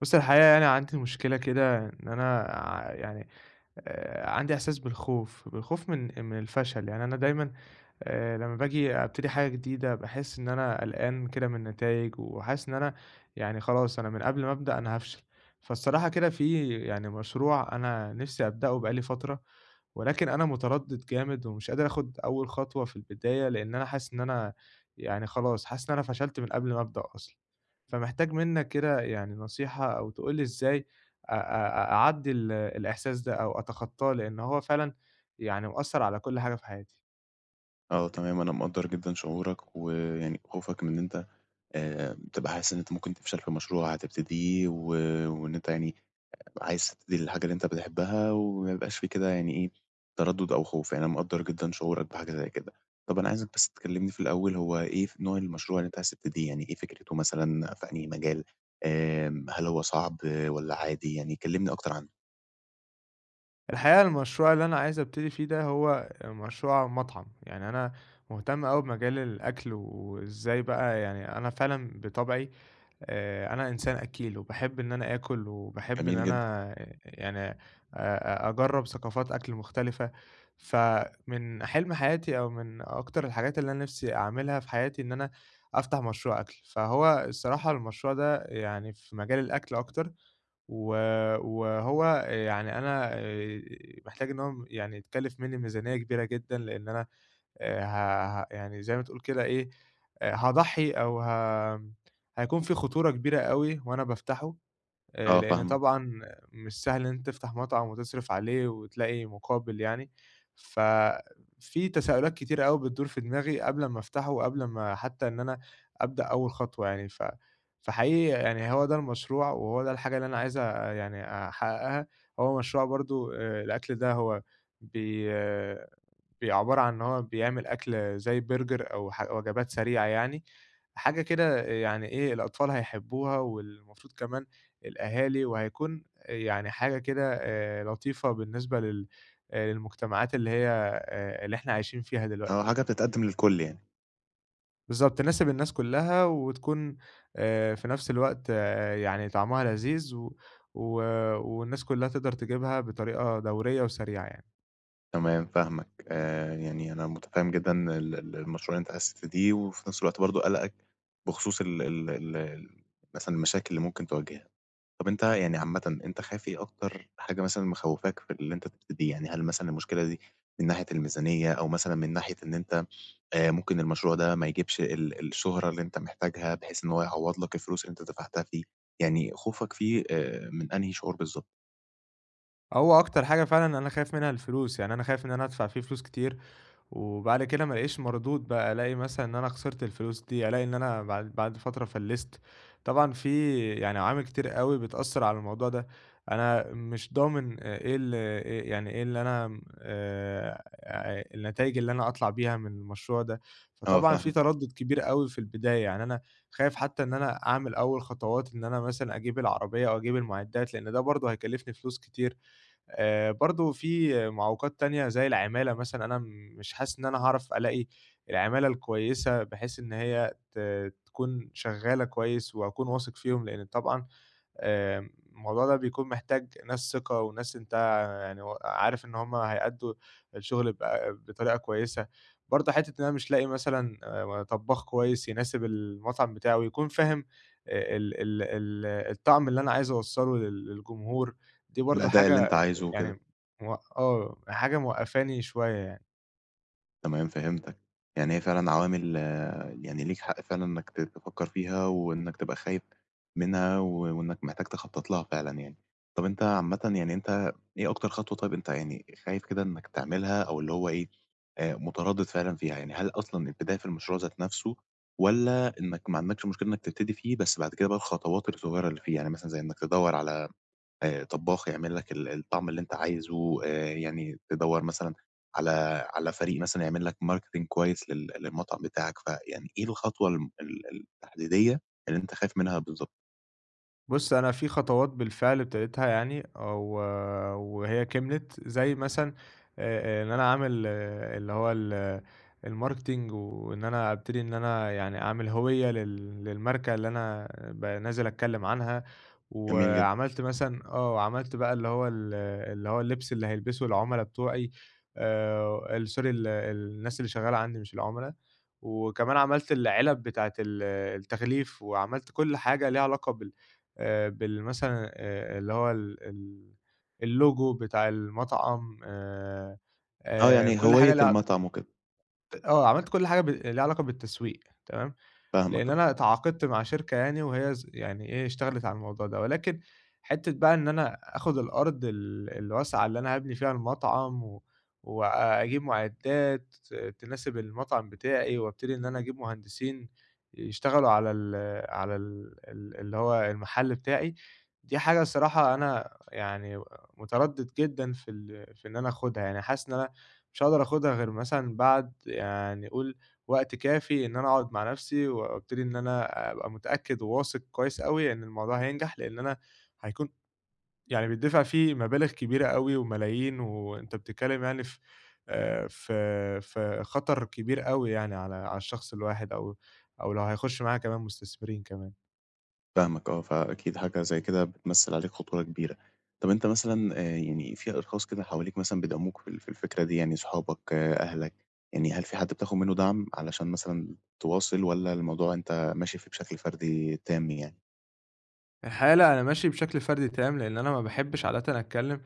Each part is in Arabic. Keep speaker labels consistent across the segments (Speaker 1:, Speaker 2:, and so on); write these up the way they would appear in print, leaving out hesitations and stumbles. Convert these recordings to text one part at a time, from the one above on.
Speaker 1: بُصّي، الحقيقة يعني عندي مشكلة كده إن أنا يعني عندي إحساس بالخوف، بالخوف من الفشل. يعني أنا دايمًا لمّا باجي أبتدي حاجة جديدة، باحس إن أنا قلقان كده من النتايج، وحاسس إن أنا يعني خلاص أنا من قبل ما أبدأ أنا هافشل. فالصراحة كده، في يعني مشروع أنا نِفْسي أبدأه بقى لي فترة، ولكن أنا متردد جامد ومش قادر آخُد أول خطوة في البداية، لإن أنا حاسس إن أنا يعني خلاص، حاسس إن أنا فشلت من قبل ما أبدأ أصلًا. فمحتاج منّك كده يعني نصيحة، أو تقول لي إزاي أ أ أعدّي الإحساس ده أو أتخطّاه، لإن هو فعلًا يعني مأثّر على كل حاجة في حياتي.
Speaker 2: آه تمام، أنا مقدّر جدًا شعورك ويعني خوفك من إن أنت تبقى حاسس إن أنت ممكن تفشل في مشروع هتبتديه و وإن أنت يعني عايز تبتدي الحاجة اللي أنت بتحبها وما يبقاش في كده يعني إيه، تردُّد أو خوف، يعني أنا مقدّر جدًا شعورك بحاجة زي كده. طَب أنا عايزك بس تكلّمني في الأول، هو إيه نوع المشروع اللي أنت عايز تبتديه، يعني إيه فكرته مثلًا، في أنهي مجال، هل هو صعب والّا عادي؟ يعني كلّمني أكتر عنه.
Speaker 1: الحقيقة، المشروع اللي أنا عايز أبتدي فيه ده هو مشروع مطعم. يعني أنا مهتم أوي بمجال الأكل، وإزاي بقى يعني أنا فعلًا بطبعي أنا إنسان أكّيل، وباحب إن أنا آكُل، وباحب إن
Speaker 2: جميل جدًا.
Speaker 1: أنا يعني أ أ أجرّب ثقافات أكْل مختلفة. فمن حلم حياتي، أو من أكتر الحاجات اللي أنا نِفْسي أعملها في حياتي، إن أنا أفتح مشروع أكْل. فهو الصراحة المشروع ده يعني في مجال الأكْل أكتر، و وهو يعني أنا محتاج إن هو يعني يتكلِّف منّي ميزانية كبيرة جدًا، لإن أنا ه ه يعني زي ما تقول كده إيه، هاضحّي، أو هيكون في خطورة كبيرة أوي وأنا بافتحه.
Speaker 2: آه،
Speaker 1: لإن
Speaker 2: فاهمك.
Speaker 1: طبعًا مش سهل إن أنت تفتح مطعم وتصرف عليه وتلاقي مقابل يعني. ففي تساؤلات كتيرة أوي بتدور في دماغي قبل ما أفتحه، وقبل ما حتى إن أنا أبدأ أول خطوة يعني. ف فحقيقي يعني هو ده المشروع، وهو ده الحاجة اللي أنا عايز يعني أحققها. هو مشروع برضه، الأكل ده هو بي آه، بيبقى عبارة عن إن هو بيعمل أكل زي برجر أو وجبات سريعة يعني. حاجة كده يعني إيه، الأطفال هيحبوها، والمفروض كمان الأهالي. وهيكون يعني حاجة كده لطيفة بالنسبة لل للمجتمعات اللي هي، اللي إحنا عايشين فيها
Speaker 2: آه،
Speaker 1: دلوقتي
Speaker 2: حاجة
Speaker 1: يعني.
Speaker 2: بتتقدّم للكل يعني.
Speaker 1: بالضبط، تناسب الناس كلّها، وتكون في نفس الوقت يعني طعمها لذيذ، و و والناس كلّها تقدر تجيبها بطريقة دورية وسريعة يعني.
Speaker 2: تمام، فاهمك. يعني أنا مُتفهِّم جدًا ال ال المشروع اللي أنت حسّيت بيه، وفي نفس الوقت برضه قَلَقك بخصوص ال ال ال ال مثلًا المشاكل اللي ممكن تواجهها. طَب أنت يعني عامةً أنت خايف إيه أكتر حاجة مثلًا مخوّفاك في اللي أنت تبتديه؟ يعني هل مثلًا المشكلة دي من ناحية الميزانية، أو مثلًا من ناحية إن أنت ممكن المشروع ده ما يجيبش الشُهرة اللي أنت محتاجها، بحيث إن هو يعوّض لك الفلوس اللي أنت دفعتها فيه؟ يعني خوفك فيه من أنهي شعور بالضبط؟
Speaker 1: هو أكتر حاجة فعلًا أنا خايف منها الفلوس. يعني أنا خايف إن أنا أدفع فيه فلوس كتير، وبعد كده ما الاقيش مردود بقى. ألاقي مثلًا إن أنا خسرت الفلوس دي، ألاقي إن أنا بعد فترة فلِّست. طبعًا في يعني عوامل كتير أوي بتأثّر على الموضوع ده. أنا مش ضامن إيه ال إيه يعني إيه اللي أنا م النتايج اللي أنا أطلع بيها من المشروع ده.
Speaker 2: آه،
Speaker 1: فطبعًا في
Speaker 2: فاهمك.
Speaker 1: تردُّد كبير أوي في البداية. يعني أنا خايف حتى إن أنا أعمل أول خطوات، إن أنا مثلًا أجيب العربية أو أجيب المعدات، لإن ده برضه هيكلّفني فلوس كتير. برضه في معوقات تانية زي العمالة مثلًا. أنا مش حاسس إن أنا هاعرف ألاقي العمالة الكويسة، بحيث إن هي تكون شغالة كويس، وأكون واثق فيهم، لإن طبعًا الموضوع ده بيكون محتاج ناس ثقة، وناس أنت يعني و عارف إن هم هيأدّوا الشغل بطريقة كويسة. برضه حتّة إن أنا مش لاقي مثلًا طبّاخ كويس يناسب المطعم بتاعي ويكون فاهم ال ال ال الطعم اللي أنا عايز أوصّله للجمهور. دي برضه
Speaker 2: الأداء اللي
Speaker 1: حاجة
Speaker 2: أنت عايزه وكده.
Speaker 1: يعني، مو آه، حاجة موقّفاني شوية يعني.
Speaker 2: تمام، فهمتك. يعني هي فعلًا عوامل، يعني ليك حق فعلًا إنّك تفكّر فيها، وإنّك تبقى خايف منها، و وإنّك محتاج تخطّط لها فعلًا يعني. طَب أنت عامةً، يعني أنت إيه أكتر خطوة، طيب أنت يعني خايف كده إنّك تعملها، أو اللي هو إيه، مُتردِّد فعلًا فيها؟ يعني هل أصلًا البداية في المشروع ذات نَفْسه، والّا إنّك ما عندكش مشكلة إنّك تبتدي فيه، بس بعد كده بقى الخطوات الصغيرة اللي فيه، يعني مثلًا زي إنّك تدوّر على طبّاخ يعمل لك الطعم اللي أنت عايزه، يعني تدوّر مثلًا على فريق مثلًا يعمل لك marketing كويس للمطعم بتاعك، فيعني إيه الخطوة الم ال التحديدية اللي أنت خايف منها بالضبط؟
Speaker 1: بُص، أنا في خطوات بالفعل ابتديتها يعني، وهي كملت. زي مثلًا إن أنا أعمل، اللي هو ال الmarketing، وإن أنا أبتدي إن أنا يعني أعمل هوية للماركة اللي أنا نازل أتكلّم عنها.
Speaker 2: جميل جدًا.
Speaker 1: وعملت مثلًا، عملت بقى اللي هو اللبس اللي هيلبسه العُملا بتوعي، ال sorry، الناس اللي شغّالة عندي، مش العُملا. وكمان عملت العِلَب بتاعة التغليف، وعملت كل حاجة ليها علاقة بال، مثلًا، اللي هو ال ال اللوجو بتاع المطعم.
Speaker 2: آه، يعني
Speaker 1: كل حاجة
Speaker 2: هوية
Speaker 1: ليها ع
Speaker 2: المطعم وكده.
Speaker 1: آه، عملت كل حاجة ليها علاقة بالتسويق، تمام.
Speaker 2: فاهمك،
Speaker 1: لإن
Speaker 2: آه.
Speaker 1: أنا اتعاقدت مع شركة يعني، وهي يعني إيه، اشتغلت على الموضوع ده، ولكن حتّة بقى إن أنا آخُد الأرض الواسعة اللي أنا هابني فيها المطعم، وأجيب مُعدّات تناسب المطعم بتاعي، وابتدي إن أنا أجيب مهندسين يشتغلوا على ال على ال ال اللي هو المحل بتاعي. دي حاجة الصراحة أنا يعني متردِّد جدًا في إن أنا آخُدها. يعني حاسس إن أنا مش هاقدر آخُدها غير مثلًا بعد يعني قُل وقت كافي، إن أنا أقعد مع نفسي، وأبتدي إن أنا أبقى متأكد وواثق كويس أوي إن الموضوع هينجح، لإن أنا هيكون يعني بيتدفع فيه مبالغ كبيرة أوي وملايين. وأنت بتتكلم يعني في خطر كبير أوي يعني، على الشخص الواحد، أو لو هيخش معاه كمان مستثمرين كمان.
Speaker 2: فاهمك، آه، فأكيد حاجة زي كده بتمثّل عليك خطورة كبيرة. طَب أنت مثلًا، يعني في أشخاص كده حواليك مثلًا بيدعموك في في الفكرة دي، يعني صحابك، آه، أهلك، يعني هل في حد بتاخد منّه دعم علشان مثلًا تواصل، والّا الموضوع أنت ماشي فيه بشكل فردي تام، يعني
Speaker 1: الحقيقة لأ، أنا ماشي بشكل فردي تام، لإن أنا ما باحبش عادةً أتكلم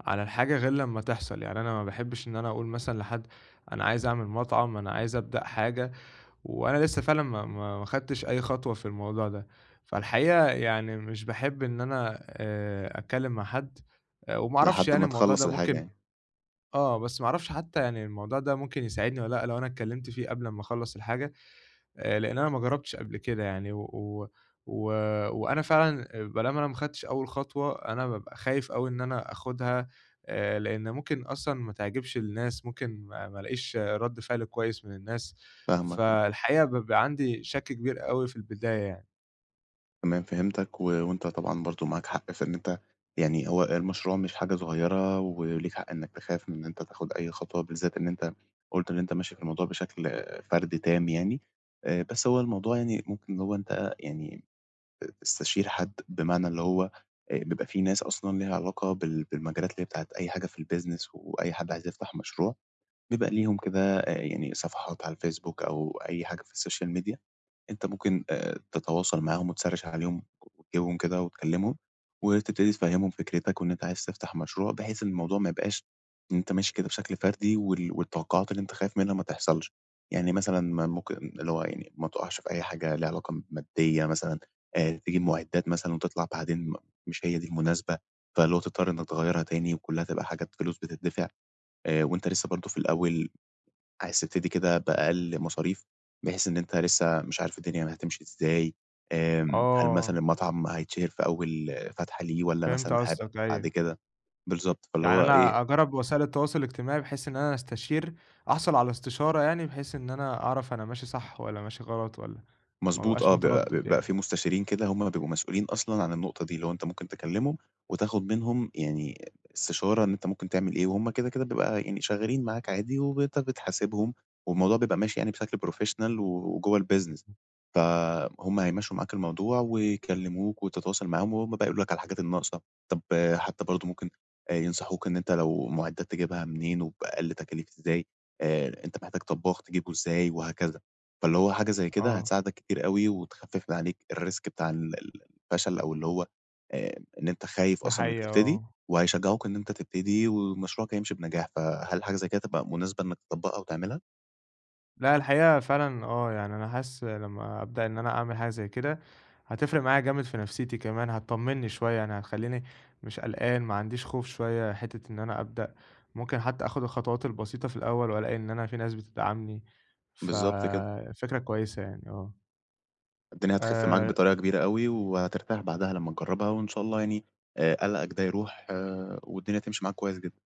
Speaker 1: على الحاجة غير لمّا تحصل. يعني أنا ما باحبش إن أنا أقول مثلًا لحد: أنا عايز أعمل مطعم، أنا عايز أبدأ حاجة، وأنا لسه فعلًا ما خدتش أي خطوة في الموضوع ده. فالحقيقة يعني مش باحب إن أنا أتكلّم مع حد، وما أعرفش
Speaker 2: لحد
Speaker 1: يعني
Speaker 2: ما
Speaker 1: الموضوع
Speaker 2: تخلّص
Speaker 1: ده
Speaker 2: الحاجة
Speaker 1: ممكن.
Speaker 2: يعني؟
Speaker 1: آه، بس ما أعرفش حتى يعني الموضوع ده ممكن يساعدني والّا لأ، لو أنا اتكلّمت فيه قبل أمّا أخلّص الحاجة؟ لإن أنا ما جرّبتش قبل كده يعني، و و و وأنا فعلًا، ما دام أنا ما خدتش أول خطوة، أنا بابقى خايف أوي إن أنا آخُدها، لإن ممكن أصلًا ما تعجبش الناس، ممكن ما ألاقيش رَد فعل كويس من الناس.
Speaker 2: فاهمك.
Speaker 1: فالحقيقة بيبقى عندي شَك كبير أوي في البداية يعني.
Speaker 2: تمام، فهمتك، و وأنت طبعًا برضه معاك حق في إن أنت، يعني هو المشروع مش حاجة صغيرة، وليك حق إنك تخاف من إن أنت تاخد أي خطوة، بالذات إن أنت قُلت إن أنت ماشي في الموضوع بشكل، فردي تام يعني. بس هو الموضوع يعني ممكن اللي هو أنت يعني تستشير حد، بمعنى اللي هو بيبقى في ناس أصلًا ليها علاقة بالمجالات اللي هي بتاعة أي حاجة في الbusiness، وأي حد عايز يفتح مشروع، بيبقى ليهم كده، يعني صفحات على الفيسبوك أو أي حاجة في السوشيال ميديا، أنت ممكن تتواصل معاهم وتسرِّش عليهم وتجيبهم كده وتكلّمهم، وتبتدي تفهّمهم فكرتك وإن أنت عايز تفتح مشروع، بحيث إن الموضوع ما يبقاش إن أنت ماشي كده بشكل فردي، وال والتوقعات اللي أنت خايف منها ما تحصلش. يعني مثلًا ما ممكن اللي هو، يعني ما تُقعش في أي حاجة ليها علاقة بمادية مثلًا، تجيب مُعدّات مثلًا وتطلع بعدين مش هي دي المناسبة، فاللي هو تضطر إنّك تغيّرها تاني، وكُلّها تبقى حاجات فلوس بتدّفع، وأنت لسّه برضه في الأول عايز تبتدي كده بأقل مصاريف، بحيث إن أنت لسه مش عارف الدنيا هتمشي إزاي، هل مثلًا
Speaker 1: آه،
Speaker 2: المطعم هيتشهر في أول فتحة ليه، والّا
Speaker 1: فهمت
Speaker 2: مثلًا هيبقى
Speaker 1: قصدك،
Speaker 2: بعد
Speaker 1: أيوه.
Speaker 2: كده؟ بالضبط، فاللي
Speaker 1: يعني
Speaker 2: هو إيه.
Speaker 1: أنا أجرّب وسائل التواصل الاجتماعي، بحيث إن أنا أستشير، أحصل على استشارة يعني، بحيث إن أنا أعرف أنا ماشي صح والّا ماشي غلط، والّا ما
Speaker 2: مضبوط،
Speaker 1: ابقاش
Speaker 2: آه، بيبقى
Speaker 1: متردد
Speaker 2: بيبقى
Speaker 1: يعني.
Speaker 2: في مستشارين كده، هُم بيبقوا مسؤولين أصلًا عن النقطة دي، اللي هو أنت ممكن تكلّمهم وتاخد منهم يعني استشارة إن أنت ممكن تعمل إيه، وهُم كده بيبقى يعني شغّالين معاك عادي وأنت بتحاسبهم، والموضوع بيبقى ماشي يعني بشكل professional، و وجوّه الbusiness، فهُم هيمشّوا معاك الموضوع ويكلّموك وتتواصل معاهم، وهُم بقى يقولوا لك على الحاجات الناقصة. طب آه، حتى برضه ممكن ينصحوك إن أنت لو مُعدات تجيبها منين وبأقل تكاليف إزاي، أنت محتاج طبّاخ تجيبه إزاي، وهكذا. فاللي هو حاجة زي كده
Speaker 1: آه.
Speaker 2: هتساعدك كتير أوي، وتخفِّف من عليك الrisk بتاع ال ال الفشل، أو اللي هو إن أنت خايف
Speaker 1: دي
Speaker 2: أصلًا إنّك
Speaker 1: حقيقة،
Speaker 2: تبتدي،
Speaker 1: آه.
Speaker 2: وهيشجّعوك إن أنت تبتدي ومشروعك هيمشي بنجاح، فهل حاجة زي كده تبقى مناسبة إنّك تطبّقها وتعملها؟
Speaker 1: لأ، الحقيقة فعلًا، آه، يعني أنا حاسس لمّا أبدأ إن أنا أعمل حاجة زي كده، هتفرق معايا جامد في نفسيتي كمان، هتطمّني شوية، يعني هتخلّيني مش قلقان، ما عنديش خوف شوية حتّة إن أنا أبدأ. ممكن حتّى آخُد الخطوات البسيطة في الأول وألاقي إن أنا في ناس بتدعمني،
Speaker 2: بالضبط كده.
Speaker 1: ففكرة كويسة يعني، آه.
Speaker 2: الدنيا هتخِف معاك
Speaker 1: آآ
Speaker 2: بطريقة كبيرة أوي، وهترتاح بعدها لمّا تجرّبها، وإن شاء الله يعني قَلَقك ده يروح، والدنيا تمشي معاك كويس جدًا.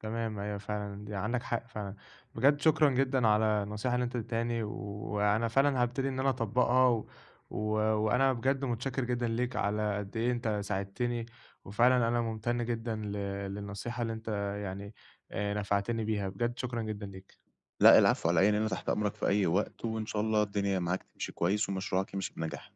Speaker 1: تمام، أيوه فعلًا دي عندك حق فعلًا. بجد شكرًا جدًا على النصيحة اللي أنت اديتهاني، وأنا فعلًا هابتدي إن أنا أطبّقها، و و وأنا بجد متشكر جدًا ليك على قد إيه أنت ساعدتني، وفعلًا أنا ممتن جدًا للنصيحة اللي أنت يعني نفعتني بيها، بجد شكرًا جدًا ليك.
Speaker 2: لأ، العفو على إيه، أنا هنا تحت أمرك في أي وقت، وإن شاء الله الدنيا معاك تمشي كويس ومشروعك يمشي بنجاح.